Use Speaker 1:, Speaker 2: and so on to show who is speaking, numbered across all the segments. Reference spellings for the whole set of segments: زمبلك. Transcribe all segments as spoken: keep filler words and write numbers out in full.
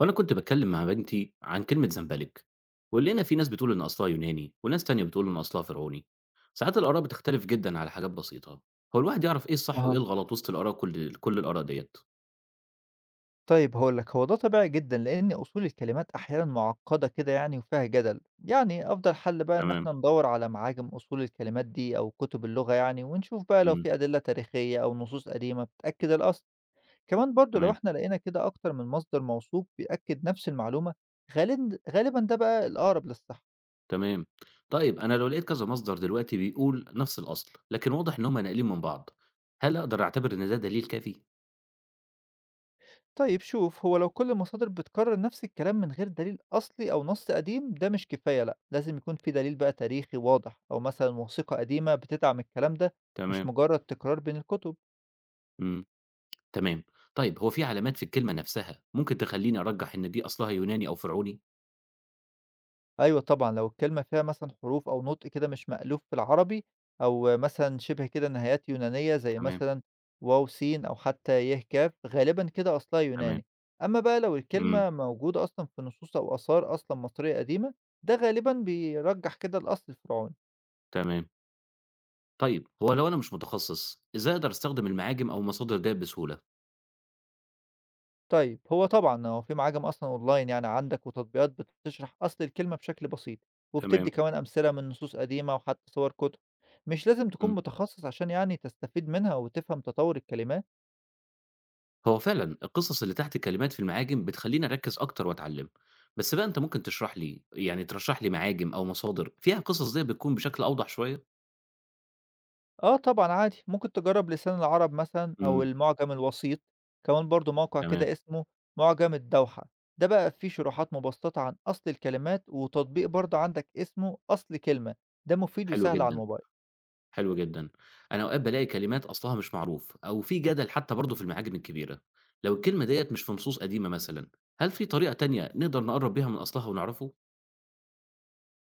Speaker 1: وأنا كنت باتكلّم مع بنتي عن كلمة زمبلك، ولقينا في ناس بتقول إن أصلها يوناني، وناس تانية بتقول إن أصلها فرعوني. ساعات الآراء بتختلف جدًا على حاجات بسيطة، هو الواحد يعرف إيه الصح وإيه
Speaker 2: أها،
Speaker 1: الغلط وسط الآراء كل كل الآراء ديّة؟
Speaker 2: طيب هاقول لك هو ده طبيعي جدًا، لإن أصول الكلمات أحيانًا معقدة كده يعني وفيها جدل، يعني أفضل حل بقى إن
Speaker 1: تمام،
Speaker 2: إحنا ندوّر على معاجم أصول الكلمات دي أو كتب اللغة يعني، ونشوف بقى لو
Speaker 1: إمم،
Speaker 2: في أدلة تاريخية أو نصوص قديمة بتأكد الأصل، كمان برضه لو
Speaker 1: تمام،
Speaker 2: إحنا لقينا كده أكتر من مصدر موثوق بيأكد نفس المعلومة غالبًا غالبًا ده بقى الأقرب للصح.
Speaker 1: تمام. طيب أنا لو لقيت كذا مصدر دلوقتي بيقول نفس الأصل، لكن واضح إن هُم ناقلين من بعض، هل أقدر أعتبر إن ده دليل كافي؟
Speaker 2: طيب شوف هو لو كل المصادر بتكرر نفس الكلام من غير دليل أصلي أو نص قديم ده مش كفاية، لأ لازم يكون في دليل بقى تاريخي واضح أو مثلا وثيقة قديمة بتدعم الكلام ده، مش
Speaker 1: تمام،
Speaker 2: مجرد تكرار بين الكتب.
Speaker 1: إمم، تمام. طيب هو في علامات في الكلمة نفسها ممكن تخلّيني أرجّح إن دي أصلها يوناني أو فرعوني؟
Speaker 2: أيوة طبعا لو الكلمة فيها مثلا حروف أو نطق كده مش مألوف في العربي، أو مثلا شبه كده نهايات يونانية زي
Speaker 1: تمام،
Speaker 2: مثلا واو سين أو حتى يه كاف، غالبا كده أصلها
Speaker 1: تمام،
Speaker 2: يوناني. أما بقى لو
Speaker 1: إمم،
Speaker 2: الكلمة موجودة أصلا في نصوص أو آثار أصلا مصرية قديمة، ده غالبا بيرجح كده الأصل الفرعوني.
Speaker 1: تمام. طيب، هو لو أنا مش متخصص، إزاي أقدر أستخدم المعاجم أو المصادر ديّة بسهولة؟
Speaker 2: طيب، هو طبعًا هو في معاجم أصلًا أونلاين يعني عندك، وتطبيقات بتشرح أصل الكلمة بشكل بسيط،
Speaker 1: تمام.
Speaker 2: وبتدّي كمان أمثلة من نصوص قديمة وحتى صور كتب، مش لازم تكون
Speaker 1: إمم،
Speaker 2: متخصص عشان يعني تستفيد منها وتفهم تطوّر الكلمات.
Speaker 1: هو فعلًا القصص اللي تحت الكلمات في المعاجم بتخلّيني أركّز أكتر وأتعلّم، بس بقى أنت ممكن تشرح لي يعني ترشّح لي معاجم أو مصادر فيها القصص ديّة بتكون بشكل أوضح شوية؟
Speaker 2: آه طبعًا عادي، ممكن تجرّب لسان العرب مثلًا أو
Speaker 1: إمم،
Speaker 2: المعجم الوسيط، كمان برضه موقع
Speaker 1: تمام،
Speaker 2: كده اسمه معجم الدوحة، ده بقى فيه شروحات مبسطة عن أصل الكلمات، وتطبيق برضه عندك اسمه أصل كلمة، ده مفيد
Speaker 1: حلو
Speaker 2: وسهل على
Speaker 1: جدًا،
Speaker 2: الموبايل.
Speaker 1: حلو جدًا. أنا أوقات بالاقي كلمات أصلها مش معروف أو في جدل حتى برضه في المعاجم الكبيرة، لو الكلمة ديّة مش في نصوص قديمة مثلًا، هل في طريقة تانية نقدر نقرّب بيها من أصلها ونعرفه؟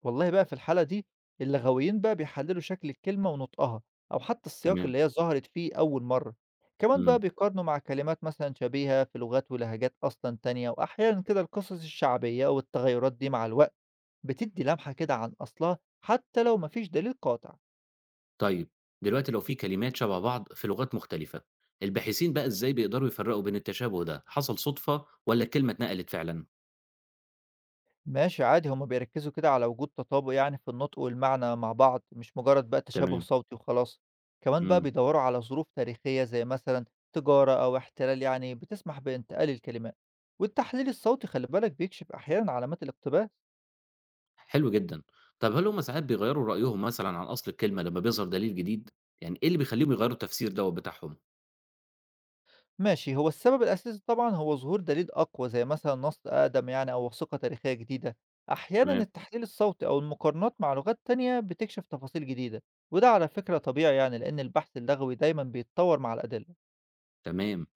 Speaker 2: والله بقى في الحالة دي اللغويين بقى بيحللوا شكل الكلمة ونطقها، أو حتى السياق
Speaker 1: تمام،
Speaker 2: اللي هي ظهرت فيه أول مرة. كمان بقى
Speaker 1: إمم.
Speaker 2: بيقارنوا مع كلمات مثلا شبيهة في لغات ولهجات أصلا تانية، وأحيانا كده القصص الشعبية والتغيرات دي مع الوقت بتدي لمحة كده عن أصلها حتى لو مفيش دليل قاطع.
Speaker 1: طيب دلوقتي لو في كلمات شبه بعض في لغات مختلفة، الباحثين بقى ازاي بيقدروا يفرقوا بين التشابه ده، حصل صدفة ولا الكلمة اتنقلت فعلا؟
Speaker 2: ماشي عادي، هُم بيركّزوا كده على وجود تطابق يعني في النطق والمعنى مع بعض، مش مجرد بقى تشابه
Speaker 1: تمام،
Speaker 2: صوتي وخلاص. كمان بقى
Speaker 1: امم،
Speaker 2: بيدوّروا على ظروف تاريخية زي مثلًا تجارة أو احتلال يعني بتسمح بانتقال الكلمات، والتحليل الصوتي خلّي بالك بيكشف أحيانًا علامات الاقتباس.
Speaker 1: حلو جدا. طب هل هم ساعات بيغيروا رأيهم مثلا عن أصل الكلمة لما بيظهر دليل جديد؟ يعني ايه اللي بيخليهم يغيروا التفسير دوت بتاعهم؟
Speaker 2: ماشي، هو السبب الأساسي طبعًا هو ظهور دليل أقوى زي مثلًا نص أقدم يعني أو وثيقة تاريخية جديدة. أحيانًا
Speaker 1: تمام،
Speaker 2: التحليل الصوتي أو المقارنات مع لغات تانية بتكشف تفاصيل جديدة، وده على فكرة طبيعي يعني لإن البحث اللغوي دايمًا بيتطور مع الأدلة.
Speaker 1: تمام.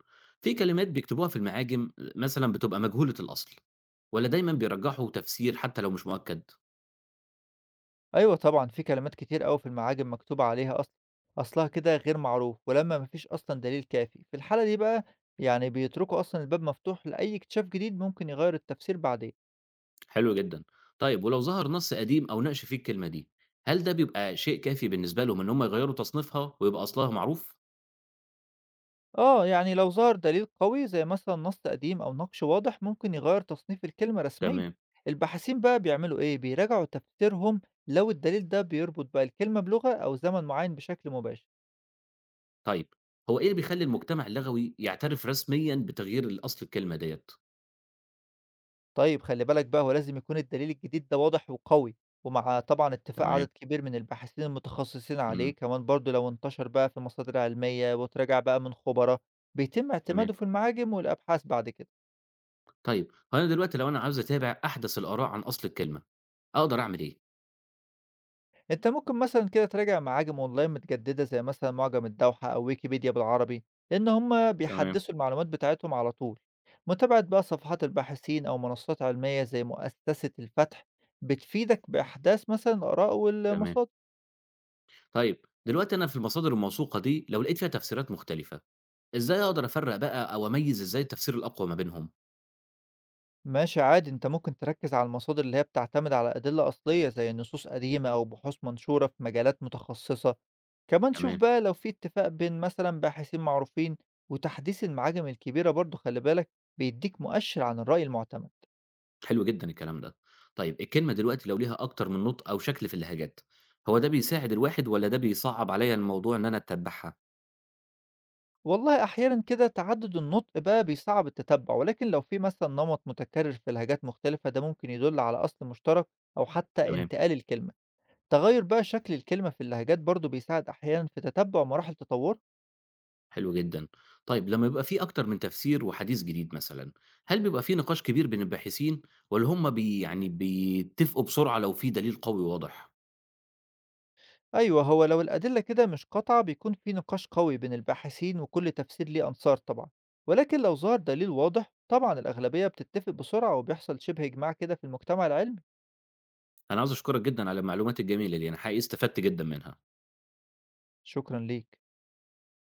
Speaker 1: في كلمات بيكتبوها في المعاجم مثلا بتبقى مجهولة الأصل، ولا دايما بيرجحوا تفسير حتى لو مش مؤكد؟
Speaker 2: أيوه طبعًا، في كلمات كتير أوي في المعاجم مكتوب عليها أصلًا أصلها كده غير معروف، ولما ما فيش أصلًا دليل كافي، في الحالة دي بقى يعني بيتركوا أصلًا الباب مفتوح لأي اكتشاف جديد ممكن يغيّر التفسير بعدين.
Speaker 1: حلو جدًا. طيب ولو ظهر نص قديم أو ناقشوا فيه الكلمة دي، هل ده بيبقى شيء كافي بالنسبة لهم إن هم يغيّروا تصنيفها ويبقى أصلها معروف؟
Speaker 2: آه، يعني لو ظهر دليل قوي زي مثلًا نص قديم أو نقش واضح ممكن يغيّر تصنيف الكلمة رسميًا.
Speaker 1: تمام.
Speaker 2: الباحثين بقى بيعملوا إيه، بيراجعوا تفسيرهم لو الدليل ده بيربط بقى الكلمة بلغة أو زمن معين بشكل مباشر.
Speaker 1: طيب، هو إيه اللي بيخلّي المجتمع اللغوي يعترف رسميًا بتغيير الأصل الكلمة ديّة؟
Speaker 2: طيب خلّي بالك بقى هو لازم يكون الدليل الجديد ده واضح وقوي، ومع طبعًا اتفاق
Speaker 1: تمام.
Speaker 2: عدد كبير من الباحثين المتخصصين
Speaker 1: إمم.
Speaker 2: عليه، كمان برضه لو انتشر بقى في مصادر علمية واتراجع بقى من خبراء، بيتم
Speaker 1: تمام.
Speaker 2: اعتماده في المعاجم والأبحاث بعد كده.
Speaker 1: طيب، هو أنا دلوقتي لو أنا عاوز أتابع أحدث الآراء عن أصل الكلمة، أقدر أعمل إيه؟
Speaker 2: أنت ممكن مثلًا كده تراجع معاجم أونلاين متجددة زي مثلًا معجم الدوحة أو ويكيبيديا بالعربي، لإن هم
Speaker 1: تمام،
Speaker 2: بيحدّثوا المعلومات بتاعتهم على طول. متابعة بقى صفحات الباحثين أو منصات علمية زي مؤسسة الفتح، بتفيدك بإحداث مثلًا الآراء
Speaker 1: تمام.
Speaker 2: والمصادر.
Speaker 1: طيب، دلوقتي أنا في المصادر الموثوقة دي لو لقيت فيها تفسيرات مختلفة، إزاي أقدر أفرّق بقى أو أميّز إزاي التفسير الأقوى ما بينهم؟
Speaker 2: ماشي عادي، أنت ممكن تركز على المصادر اللي هي بتعتمد على أدلة أصلية زي نصوص قديمة أو بحوث منشورة في مجالات متخصصة. كمان شوف
Speaker 1: تمام.
Speaker 2: بقى لو في اتفاق بين مثلا باحثين معروفين وتحديث المعاجم الكبيرة برضو، خلي بالك بيديك مؤشر عن الرأي المعتمد.
Speaker 1: حلو جدًا الكلام ده. طيب الكلمة دلوقتي لو ليها أكتر من نُطق أو شكل في اللهجات، هو ده بيساعد الواحد والّا ده بيصعّب عليّا الموضوع إن أنا أتّبعها؟
Speaker 2: والله أحيانا كده تعدد النطق بقى بيصعب التتبع، ولكن لو في مثلا نمط متكرر في لهجات مختلفة ده ممكن يدل على أصل مشترك أو حتى
Speaker 1: تمام،
Speaker 2: انتقال الكلمة. تغير بقى شكل الكلمة في اللهجات برضو بيساعد أحيانا في تتبع مراحل تطورها.
Speaker 1: حلو جدًا. طيب لمّا يبقى في أكتر من تفسير وحديث جديد مثلًا، هل بيبقى في نقاش كبير بين الباحثين والّا هم بي يعني بيتفقوا بسرعة لو في دليل قوي واضح؟
Speaker 2: أيوه، هو لو الأدلة كده مش قاطعة بيكون في نقاش قوي بين الباحثين وكل تفسير ليه أنصار طبعًا، ولكن لو ظهر دليل واضح طبعًا الأغلبية بتتفق بسرعة وبيحصل شبه إجماع كده في المجتمع العلمي.
Speaker 1: أنا عاوز أشكرك جدًا على المعلومات الجميلة دي، أنا حقيقي استفدت جدًا منها.
Speaker 2: شكرًا ليك.